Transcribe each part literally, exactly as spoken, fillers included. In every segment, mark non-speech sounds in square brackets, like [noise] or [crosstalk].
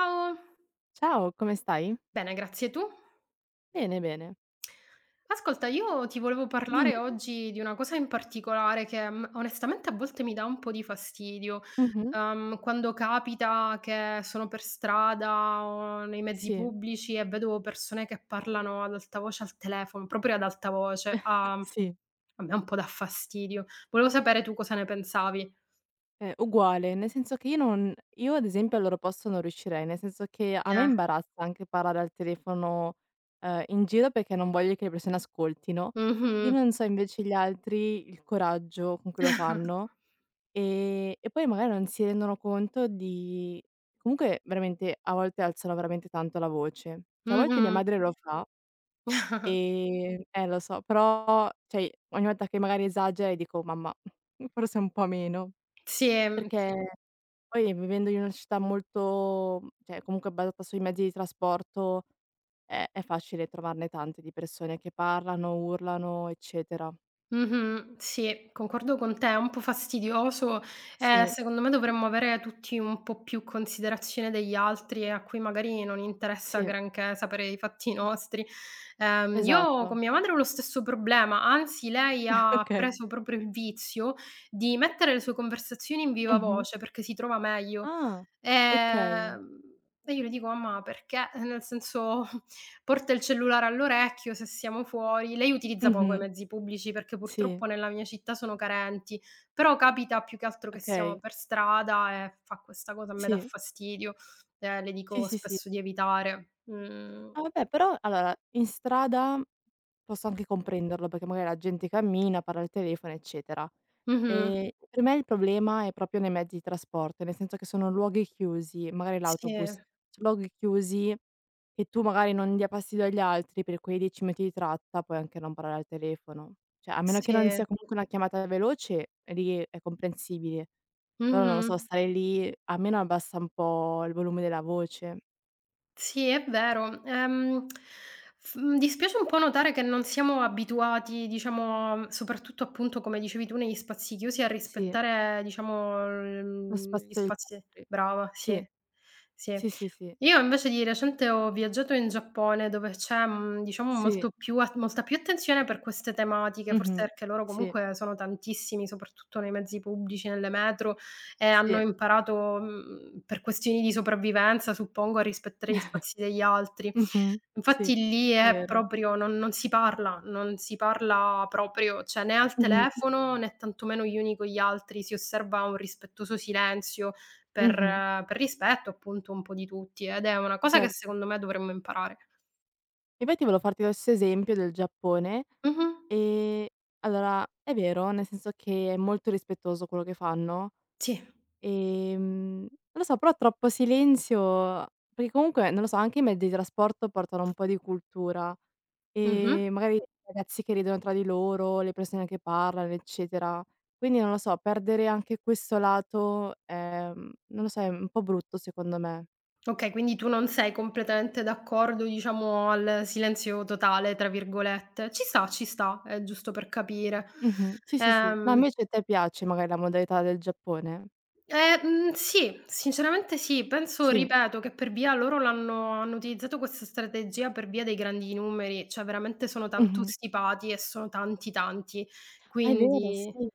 Ciao, Ciao, come stai? bene, grazie. Tu? Bene, bene. Ascolta, io ti volevo parlare Dimmi. oggi di una cosa in particolare che, mhmm, onestamente a volte mi dà un po' di fastidio. Mh-mh. Uhm, quando capita che sono per strada o nei mezzi Sì, pubblici e vedo persone che parlano ad alta voce al telefono, proprio ad alta voce, a sì, a me un po' dà fastidio. Volevo sapere tu cosa ne pensavi. ehm, uguale, nel senso che io non io ad esempio al loro posto non riuscirei, nel senso che a me Eh. imbarazza anche parlare al telefono, ehm, in giro perché non voglio che le persone ascoltino. Io Mh-mh. non so invece gli altri il coraggio con cui lo fanno, ehm, e poi magari non si rendono conto di comunque veramente a volte alzano veramente tanto la voce. Cioè a volte mia Mh-mh. [laughs] madre lo fa. [laughs] Ehm, eh lo so, però cioè ogni volta che magari esagera e dico: "Mamma, [laughs] forse un po' meno." Sì, mh, sì. Perché poi vivendo in una città molto cioè comunque basata sui mezzi di trasporto, è è facile trovarne tante di persone che parlano, urlano, eccetera. Mh-mh. Sì, concordo con te, è un po' fastidioso e Sì, secondo me dovremmo avere tutti un po' più considerazione degli altri e a cui magari non interessa sì, granché sapere i fatti nostri. Ehm, io con esatto. mia madre ho lo stesso problema, anzi lei [laughs] ha Okay. preso proprio il vizio di mettere le sue conversazioni in viva Mh-mh. voce perché si trova meglio. Ah, okay. Ehm, e io le dico: "Mamma, perché?" Nel senso. Porta il cellulare all'orecchio se siamo fuori. Lei utilizza poco i Mh-mh. mezzi pubblici perché Sì, purtroppo nella mia città sono carenti, però capita più che altro che siamo okay. per strada e fa questa cosa, a me dà Sì. fastidio, ehm, le Sì, dico sì, sì. spesso di evitare. Mhmm. Ah vabbè, però allora in strada posso anche comprenderlo, perché magari la gente cammina, parla al telefono, eccetera. Mh-mh. Ehm, per me il problema è proprio nei mezzi di trasporto, nel senso che sono luoghi chiusi, magari Sì, l'autobus, luoghi chiusi che tu magari non dia fastidio agli altri per quei dieci minuti di tratta, puoi anche non parlare al telefono. Cioè a meno che non sì. sia comunque una chiamata veloce, lì è comprensibile. Però non lo Mh-mh. so, stare lì almeno abbassa un po' il volume della voce. Sì, è vero. Ehm, f mhmm, dispiace un po' notare che non siamo abituati, diciamo, soprattutto appunto, come dicevi tu, negli spazi chiusi a Sì. rispettare, diciamo, l Lo mhmm, gli spazio agli spazi altri. brava, Sì, sì, sì. sì, sì, sì. Io invece di recente ho viaggiato in Giappone dove c'è, mhmm, diciamo Sì. molto più at molta più attenzione per queste tematiche, forse Mh-mh. perché loro Sì, comunque sono tantissimi, soprattutto nei mezzi pubblici, nelle metro e hanno sì. imparato, mhmm, per questioni di sopravvivenza suppongo, a rispettare gli spazi degli altri. Mh-mh. Sì, Infatti lì è è vero. proprio non non si parla, non si parla proprio, cioè né al Mh-mh. telefono né tantomeno gli uni con gli altri, si osserva un rispettoso silenzio. Per Mh-mh. per rispetto appunto un po' di tutti, ed è una cosa che Certo. secondo me dovremmo imparare. Infatti volevo farti questo esempio del Giappone, Mh-mh. ehm, allora è vero, nel senso che è molto rispettoso quello che fanno. Sì. Ehm, non lo so, però troppo silenzio perché comunque, non lo so, anche i mezzi di trasporto portano un po' di cultura Mh-mh. e magari i, sì, ragazzi che ridono tra di loro, le persone che parlano, eccetera. Quindi non lo so, perdere anche questo lato è mhmm, non lo so, è un po' brutto secondo me. Okay, quindi tu non sei completamente d'accordo, diciamo, al "silenzio totale" tra virgolette. Ci sta, ci sta, è giusto per capire. Mh-mh. Sì, sì, sì. No, Ehm, invece a te piace magari la modalità del Giappone? eh, mhmm, sì, sinceramente sì. Penso, Sì. ripeto, che per via loro l'hanno hanno utilizzato questa strategia per via dei grandi numeri, cioè veramente sono tanto Mh-mh. stipati e sono tanti, tanti. Ah, è vero, Quindi sì.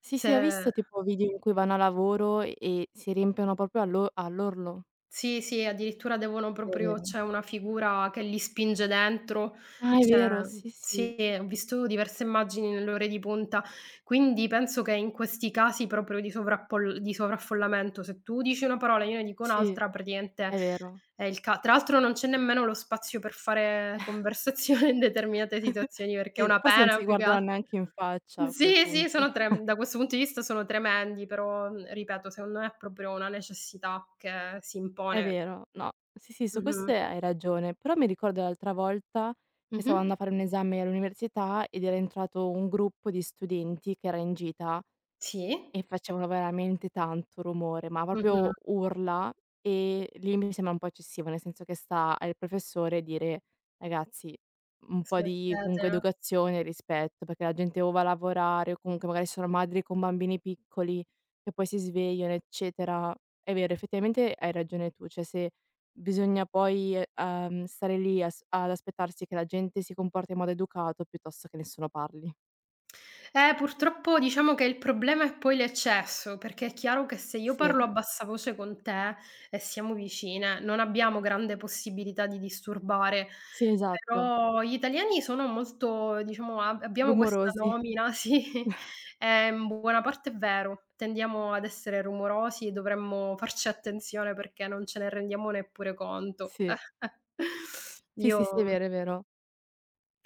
Sì, sì, ho se visto tipo video in cui vanno a lavoro e si riempiono proprio all'o all'orlo. Sì, sì, addirittura devono È proprio, vero. c'è una figura che li spinge dentro, Ah, è cioè vero, sì, sì, sì, ho visto diverse immagini nelle ore di punta. Quindi penso che in questi casi proprio di sovrappol di sovraffollamento, se tu dici una parola e io ne dico sì, un'altra, praticamente è vero. è il ca tra l'altro non c'è nemmeno lo spazio per fare conversazione in determinate [laughs] situazioni, perché è Sì, no, una forse non pena si più che al, guardano neanche in faccia a quel sì, sì, punto. sono trem da [laughs] questo punto di vista sono tremendi, però, mhmm, ripeto, secondo me è proprio una necessità che si È impone. vero, no, sì, sì, su questo Mh-mh. hai ragione, però mi ricordo l'altra volta che Mh-mh. stavo andando a fare un esame all'università ed era entrato un gruppo di studenti che era in gita. Sì. E facevano veramente tanto rumore, ma Mh-mh. proprio urla, e lì mi sembra un po' eccessivo, nel senso che sta al professore dire: "Ragazzi, un po' di comunque Smettetela. educazione e rispetto, perché la gente o va a lavorare o comunque magari sono madri con bambini piccoli che poi si svegliano, eccetera". È vero, effettivamente hai ragione tu, cioè se bisogna poi, eh, ehm, uhm, stare lì as ad aspettarsi che la gente si comporti in modo educato piuttosto che nessuno parli. Eh, purtroppo diciamo che il problema è poi l'eccesso, perché è chiaro che se io parlo a Sì, bassa voce con te e siamo vicine, non abbiamo grande possibilità di disturbare, sì esatto, però gli italiani sono molto, diciamo, ab abbiamo questa rumorosi. nomina [laughs] sì, e in buona parte è vero, tendiamo ad essere rumorosi e dovremmo farci attenzione perché non ce ne rendiamo neppure conto. Sì. [laughs] Sì, Io sì, sì, è vero, è vero.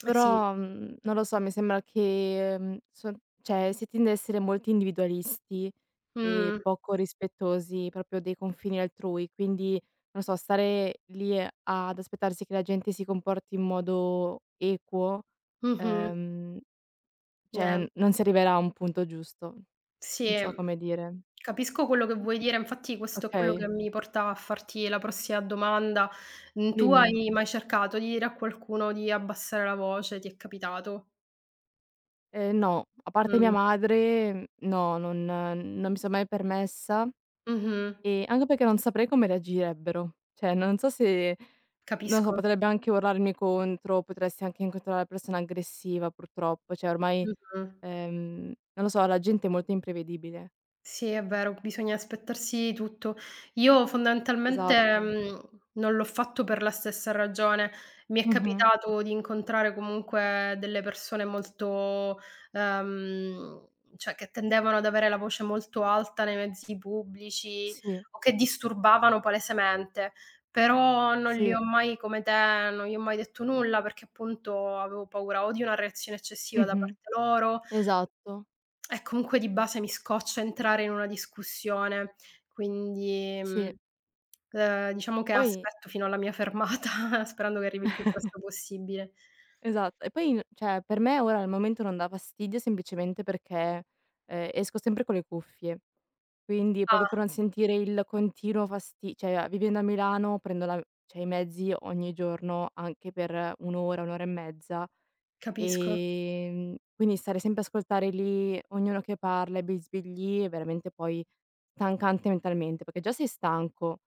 Eh sì, Però, mhmm, non lo so, mi sembra che, mhmm, son cioè, si tende a essere molto individualisti e mh, poco rispettosi proprio dei confini altrui, quindi, non so, stare lì ad aspettarsi che la gente si comporti in modo equo, mh-mh, ehm, eh, cioè, non si arriverà a un punto giusto. Non sì, so come dire. capisco quello che vuoi dire, infatti questo è quello che Okay, mi porta a farti la prossima domanda. Mhmm, tu Mh. dimmi. hai mai cercato di dire a qualcuno di abbassare la voce? Ti è capitato? Ehm, no, a parte mia Mh, madre, no, non non mi son mai permessa. mh-mh, Ehm, anche perché non saprei come reagirebbero. Cioè, non so se non lo so, capisco, potrebbe anche urlarmi contro, potresti anche incontrare la persona aggressiva purtroppo, cioè ormai, mh-mh. ehm, non lo so, la gente è molto imprevedibile. Sì, è vero, bisogna aspettarsi tutto. Io fondamentalmente, Esatto. mhmm, non l'ho fatto per la stessa ragione. Mi è Mh-mh. capitato di incontrare comunque delle persone molto ehm, cioè che tendevano ad avere la voce molto alta nei mezzi pubblici Sì, o che disturbavano palesemente, però non gli sì. ho mai, come te, non gli ho mai detto nulla perché appunto avevo paura o di una reazione eccessiva da Mh-mh. parte loro, Esatto. eh, comunque di base mi scoccia entrare in una discussione, quindi, Sì. mhmm, ehm, diciamo che Poi aspetto fino alla mia fermata [laughs] sperando che arrivi il più presto possibile. esatto. E poi n cioè, per me ora al momento non dà fastidio semplicemente perché, ehm, esco sempre con le cuffie. Quindi Ah, proprio per non sentire il continuo fasti cioè vivendo a Milano prendo la cioè i mezzi ogni giorno anche per un' ora, un' ora e mezza, capisco. ehm, quindi stare sempre a ascoltare lì ognuno che parla e bisbigli è veramente poi stancante mentalmente, perché già sei stanco,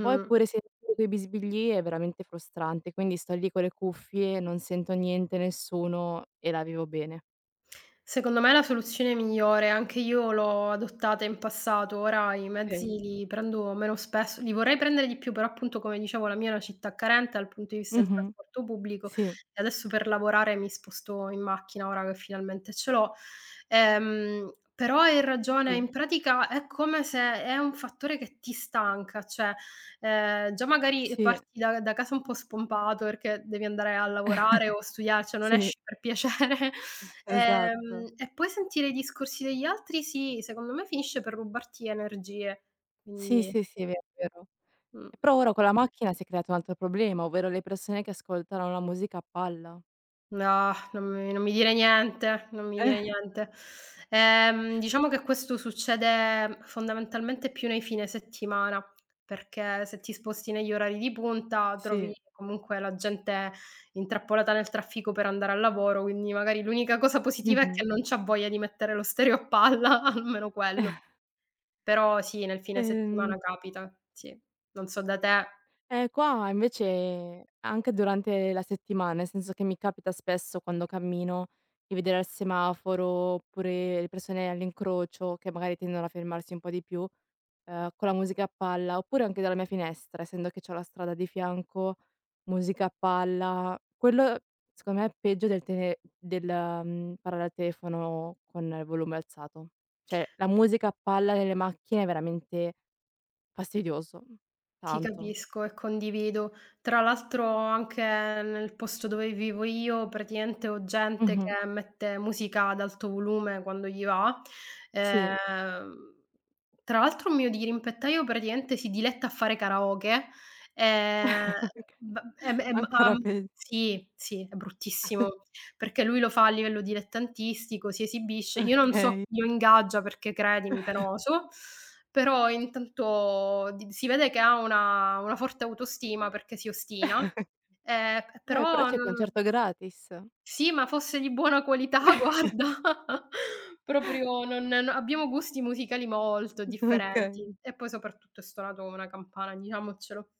poi pure sentire quei bisbigli è veramente frustrante, quindi sto lì con le cuffie, non sento niente, nessuno e la vivo bene. Secondo me è la soluzione migliore, anche io l'ho adottata in passato, ora i mezzi Okay. li prendo meno spesso, li vorrei prendere di più, però appunto, come dicevo, la mia è una città carente dal punto di vista del Mh-mh. trasporto pubblico Sì, e adesso per lavorare mi sposto in macchina, ora che finalmente ce l'ho. Ehm, però hai ragione, in sì, pratica è come se è un fattore che ti stanca, cioè Ehm, già magari sì, parti da da casa un po' spompato perché devi andare a lavorare o studiare, cioè non sì, esci per piacere. [laughs] [laughs] esatto. Ehm, e poi sentire i discorsi degli altri, sì, secondo me finisce per rubarti energie. Sì, Quindi sì, sì, è vero, è vero. E però mh. ora con la macchina si è creato un altro problema, ovvero le persone che ascoltano la musica a palla. No, non mi non mi dire niente, non mi Eh. dire niente. Ehm, diciamo che questo succede fondamentalmente più nei fine settimana, perché se ti sposti negli orari di punta trovi Sì. comunque la gente intrappolata nel traffico per andare al lavoro, quindi magari l'unica cosa positiva è che Mh-mh. non c'ha voglia di mettere lo stereo a palla, [laughs] almeno quello. [laughs] Però sì, nel fine Ehm, settimana capita, sì. Non so da te. eh, qua invece anche durante la settimana, nel senso che mi capita spesso quando cammino di vedere al semaforo, oppure le persone all'incrocio che magari tendono a fermarsi un po' di più. Ehm, con la musica a palla, oppure anche dalla mia finestra, essendo che c'ho la strada di fianco, musica a palla. Quello secondo me è peggio del tele del, mhmm, parlare al telefono con il volume alzato. Cioè, la musica a palla nelle macchine è veramente fastidioso, Ti tanto. capisco e condivido. Tra l'altro anche nel posto dove vivo io praticamente ho gente Mh-mh. che mette musica ad alto volume quando gli va. Sì, Ehm, Tra l'altro un mio dirimpettaio praticamente si diletta a fare karaoke, ehm, [laughs] okay. b ehm, ehm, Ancora uhm, pegg sì, sì, è bruttissimo, perché lui lo fa a livello dilettantistico, si esibisce. Io non so okay. chi lo ingaggia perché, credimi, penoso. Però intanto di si vede che ha una una forte autostima perché si ostina, ehm, p Vabbè, però però c'è il non concerto gratis. Sì, ma fosse di buona qualità, [laughs] guarda, proprio non no abbiamo gusti musicali molto [laughs] Okay. differenti e poi soprattutto è stonato come una campana, diciamocelo.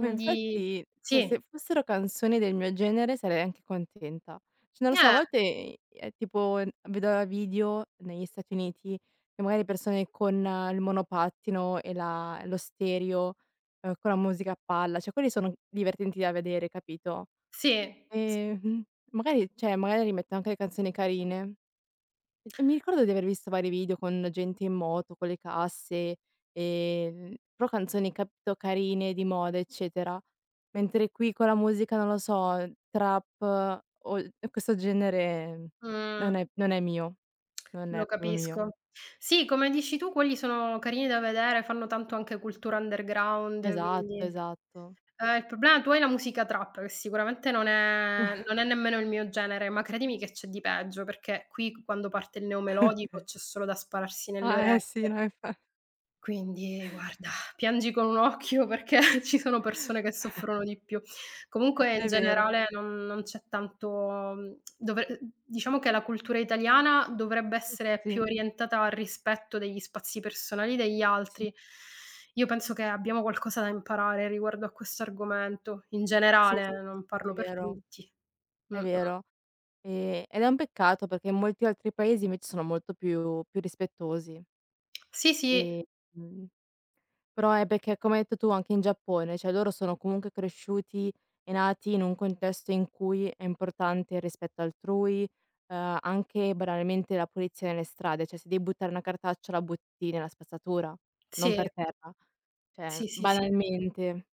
Ma infatti, cioè sì, se fossero canzoni del mio genere sarei anche contenta. Cioè non lo so, a eh, volte, ehm, è tipo vedo video negli Stati Uniti che magari persone con eh, il monopattino e la lo stereo, ehm, con la musica a palla, cioè quelli sono divertenti da vedere, capito? sì, s Ehm, mh, magari cioè magari metto anche le canzoni carine. Ehm, mi ricordo di aver visto vari video con gente in moto, con le casse, ehm, però canzoni capito carine, di moda, eccetera. Mentre qui con la musica, non lo so, trap eh, o il questo genere mh, non è non è mio, non lo è proprio mio. capisco. Sì, come dici tu quelli sono carini da vedere, fanno tanto anche cultura underground, Esatto, quindi esatto. eh, il problema tuo è la musica trap, che sicuramente non è [laughs] non è nemmeno il mio genere, ma credimi che c'è di peggio, perché qui quando parte il neomelodico Okay. c'è solo da spararsi nelle Ah, eh sì, orecchie. no infa Quindi guarda, piangi con un occhio perché [laughs] ci sono persone che soffrono di più. Comunque, in è vero. generale, non, non c'è tanto, mhmm, dovre diciamo che la cultura italiana dovrebbe essere più Sì. orientata al rispetto degli spazi personali degli Sì, altri. Io penso che abbiamo qualcosa da imparare riguardo a questo argomento, in sì, generale, sì, non sì, parlo è per vero, tutti. è Mh-mh. vero. Ehm, ed è un peccato perché in molti altri paesi invece sono molto più più rispettosi, Sì, sì, ehm, mhmm, però è perché come hai detto tu anche in Giappone, cioè loro sono comunque cresciuti e nati in un contesto in cui è importante il rispetto altrui, uhm, anche banalmente la pulizia nelle strade, cioè se devi buttare una cartaccia la butti nella spazzatura, non sì, per terra, cioè sì, sì, sì. banalmente.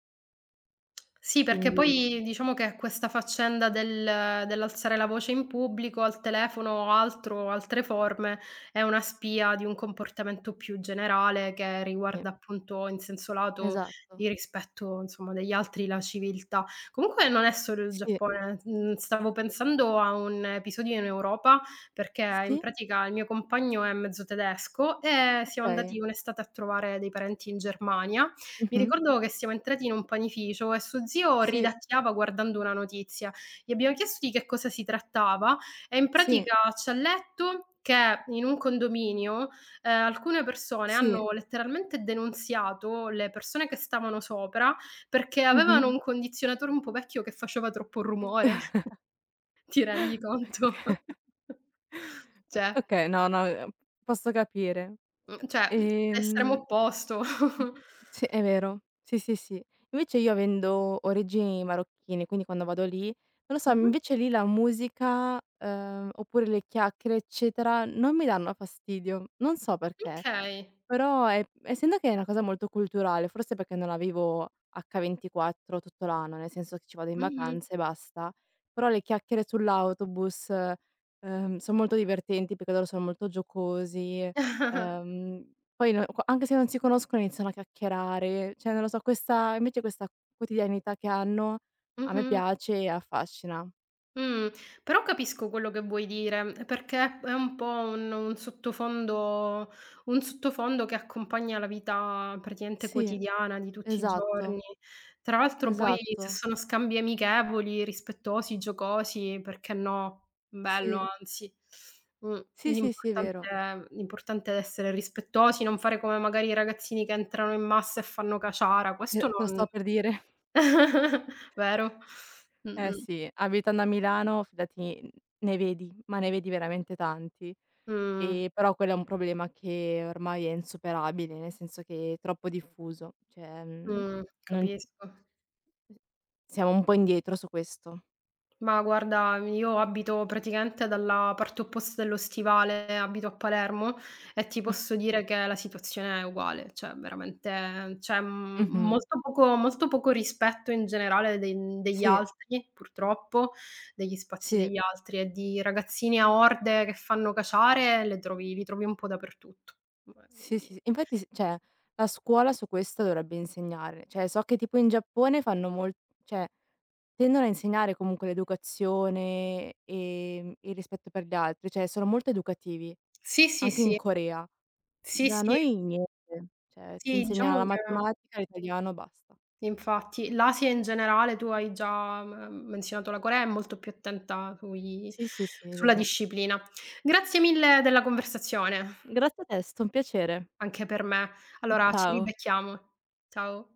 Sì, perché Quindi poi diciamo che questa faccenda del dell'alzare la voce in pubblico, al telefono o altro, altre forme, è una spia di un comportamento più generale che sì, riguarda appunto, in senso lato, esatto. il rispetto, insomma, degli altri, la civiltà. Comunque non è solo il Sì, Giappone, mhmm, stavo pensando a un episodio in Europa, perché in sì, pratica il mio compagno è mezzo tedesco e siamo okay. andati un'estate a trovare dei parenti in Germania. Mi Mh-mh. ricordo che siamo entrati in un panificio e suo zio Sì, ridacchiava guardando una notizia. Gli abbiamo chiesto di che cosa si trattava e in sì, pratica c'ha letto che in un condominio, ehm, alcune persone sì. hanno letteralmente denunziato le persone che stavano sopra, perché Mh-mh. avevano Mh. un condizionatore un po' vecchio che faceva troppo rumore. Mh. [laughs] [laughs] Ti rendi conto? [laughs] Cioè Okay, no, no, ehm, posso capire. mhmm, cioè, l'estremo Ehm, opposto. Mh. [laughs] Sì, è vero. Sì, sì, sì. Invece io avendo origini marocchine, quindi quando vado lì, non lo so, Mh-mh. invece lì la musica, ehm, oppure le chiacchiere, eccetera, non mi danno fastidio. Non so perché, Okay. però è essendo che è una cosa molto culturale, forse perché non la vivo acca ventiquattro tutto l'anno, nel senso che ci vado in Mh-mh. vacanza e basta, però le chiacchiere sull'autobus, ehm, son molto divertenti perché loro sono molto giocosi. Ehm, poi no co anche se non si conoscono iniziano a chiacchierare, cioè non lo so, questa invece questa quotidianità che hanno a me Mh-mh. piace e affascina. Mh, però capisco quello che vuoi dire, perché è un po' un un sottofondo un sottofondo che accompagna la vita praticamente Sì, quotidiana di tutti i esatto, giorni. Tra l'altro poi se esatto. sono scambi amichevoli, rispettosi, giocosi, perché no? Sì, Bello anzi. Mh, sì, sì, sì, è vero. l'importante l'importante è essere rispettosi, non fare come magari i ragazzini che entrano in massa e fanno caciara, Eh, questo te lo non sto per dire. [laughs] [laughs] Vero? Eh Mh-mh, sì, abitando a Milano fidati n ne vedi, ma ne vedi veramente tanti. mh. E però quello è un problema che ormai è insuperabile, nel senso che è troppo diffuso, cioè, mhmm, Mh, non capisco. S siamo un po' indietro su questo. Ma guarda, io abito praticamente dalla parte opposta dello stivale, abito a Palermo e ti posso dire che la situazione è uguale, cioè veramente c'è, mhmm, Mh-mh. molto poco, molto poco rispetto in generale de degli Sì, altri, purtroppo, degli spazi sì, degli altri, e di ragazzini a orde che fanno caciare le trovi li trovi un po' dappertutto. Beh, sì, sì, quindi sì. Infatti s cioè, la scuola su questo dovrebbe insegnare. Cioè, so che tipo in Giappone fanno mol cioè, tendono a insegnare comunque l'educazione, ehm, il rispetto per gli altri, cioè sono molto educativi, sì, sì, anche in sì. Corea. Sì, Da sì. noi niente, cioè ti Sì, insegnano diciamo la che. matematica, l'italiano, basta. Infatti. L'Asia in generale, tu hai già m menzionato la Corea, è molto più attenta sui Sì, sì, sì, è sulla vero. disciplina. Grazie mille della conversazione, Grazie a te, è stato un piacere. anche per me. Allora ci Ciao. ribecchiamo. Ciao.